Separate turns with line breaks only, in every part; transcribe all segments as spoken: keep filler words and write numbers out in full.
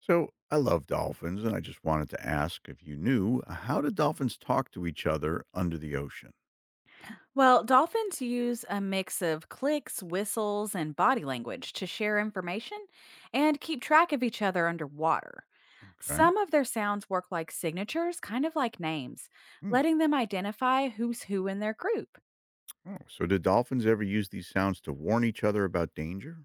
So I love dolphins, and I just wanted to ask if you knew uh, how do dolphins talk to each other under the ocean?
Well, dolphins use a mix of clicks, whistles, and body language to share information and keep track of each other underwater.
Okay.
Some of their sounds work like signatures, kind of like names,
Hmm.
letting them identify who's who in their group.
Oh, so do dolphins ever use these sounds to warn each other about danger?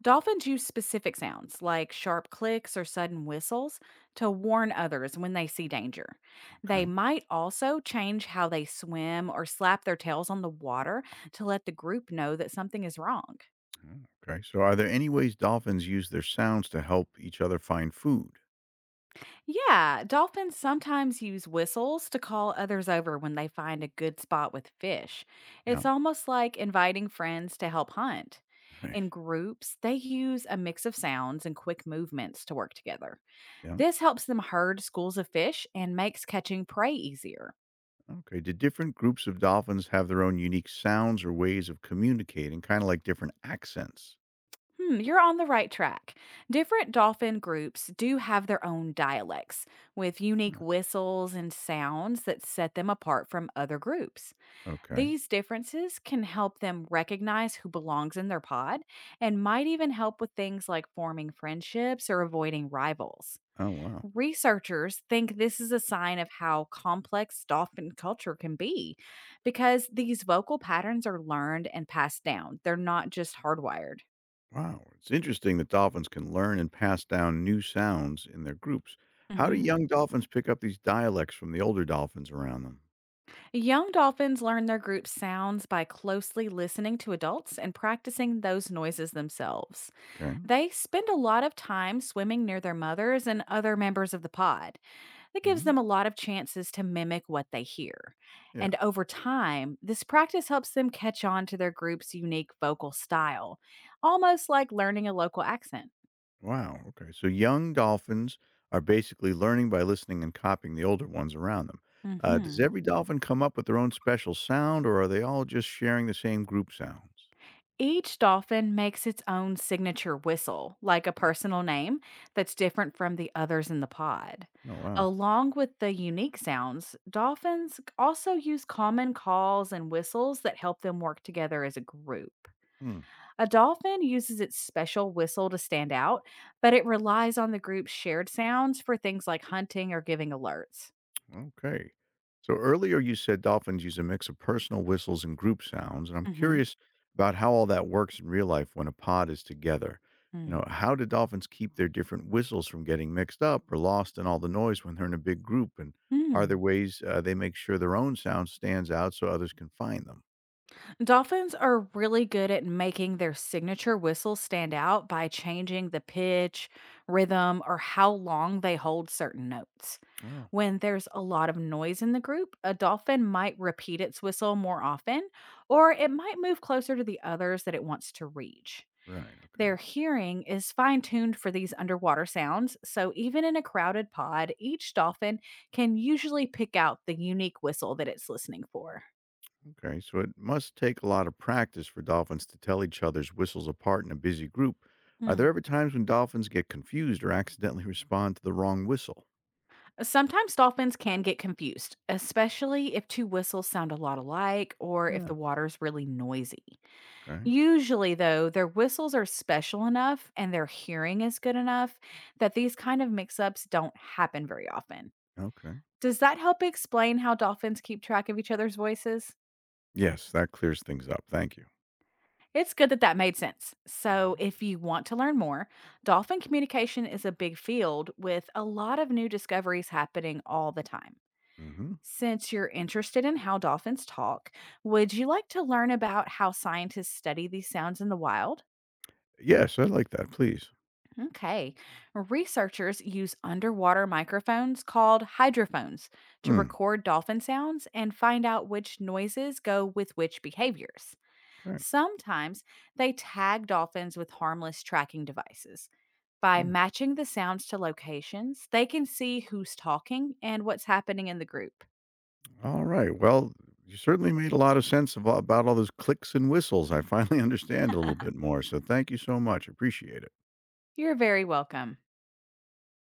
Dolphins use specific sounds like sharp clicks or sudden whistles to warn others when they see danger. They
Okay.
might also change how they swim or slap their tails on the water to let the group know that something is wrong.
Oh, okay. So are there any ways dolphins use their sounds to help each other find food?
Yeah, dolphins sometimes use whistles to call others over when they find a good spot with fish.
Yeah.
It's almost like inviting friends to help hunt.
Right.
In groups, they use a mix of sounds and quick movements to work together.
Yeah.
This helps them herd schools of fish and makes catching prey easier.
Okay. Do different groups of dolphins have their own unique sounds or ways of communicating, kind of like different accents?
Hmm, you're on the right track. Different dolphin groups do have their own dialects with
Uh,
unique whistles and sounds that set them apart from other groups.
Okay.
These differences can help them recognize who belongs in their pod and might even help with things like forming friendships or avoiding rivals.
Oh wow.
Researchers think this is a sign of how complex dolphin culture can be because these vocal patterns are learned and passed down. They're not just hardwired.
Wow, it's interesting that dolphins can learn and pass down new sounds in their groups. How do
hmm
young dolphins pick up these dialects from the older dolphins around them?
Young dolphins learn their group sounds by closely listening to adults and practicing those noises themselves.
Okay.
They spend a lot of time swimming near their mothers and other members of the pod. That gives
Hmm.
them a lot of chances to mimic what they hear.
Yeah.
And over time, this practice helps them catch on to their group's unique vocal style, almost like learning a local accent.
Wow. Okay. So young dolphins are basically learning by listening and copying the older ones around them. Uh, does
hmm
every dolphin come up with their own special sound, or are they all just sharing the same group sounds?
Each dolphin makes its own signature whistle, like a personal name that's different from the others in the pod.
Oh, wow.
Along with the unique sounds, dolphins also use common calls and whistles that help them work together as a group.
Hmm.
A dolphin uses its special whistle to stand out, but it relies on the group's shared sounds for things like hunting or giving alerts.
Okay. So earlier you said dolphins use a mix of personal whistles and group sounds, and I'm
hmm
curious about how all that works in real life when a pod is together. You
Mm.
know, how do dolphins keep their different whistles from getting mixed up or lost in all the noise when they're in a big group? And are there
Hmm.
ways uh, they make sure their own sound stands out so others can find them?
Dolphins are really good at making their signature whistle stand out by changing the pitch, rhythm, or how long they hold certain notes.
Oh,
When there's a lot of noise in the group, a dolphin might repeat its whistle more often, or it might move closer to the others that it wants to reach.
right. Okay.
Their hearing is fine tuned for these underwater sounds, so even in a crowded pod, each dolphin can usually pick out the unique whistle that it's listening for.
Okay, so it must take a lot of practice for dolphins to tell each other's whistles apart in a busy group. Are
Hmm.
there ever times when dolphins get confused or accidentally respond to the wrong whistle?
Sometimes dolphins can get confused, especially if two whistles sound a lot alike or if
Yeah.
the water's really noisy.
Okay.
Usually, though, their whistles are special enough and their hearing is good enough that these kind of mix ups don't happen very often.
Okay.
Does that help explain how dolphins keep track of each other's voices?
Yes, that clears things up. Thank you.
It's good that that made sense. So, if you want to learn more, dolphin communication is a big field with a lot of new discoveries happening all the time.
Hmm. Hmm.
Since you're interested in how dolphins talk, would you like to learn about how scientists study these sounds in the wild?
Yes, I like that. Please.
Okay. Researchers use underwater microphones called hydrophones to
Mm,
record dolphin sounds and find out which noises go with which behaviors.
okay.
Sometimes they tag dolphins with harmless tracking devices. By
Mm.
matching the sounds to locations, they can see who's talking and what's happening in the group.
All right. Well, you certainly made a lot of sense of, about all those clicks and whistles. I finally understand a little bit more. So thank you so much. Appreciate it.
You're very welcome.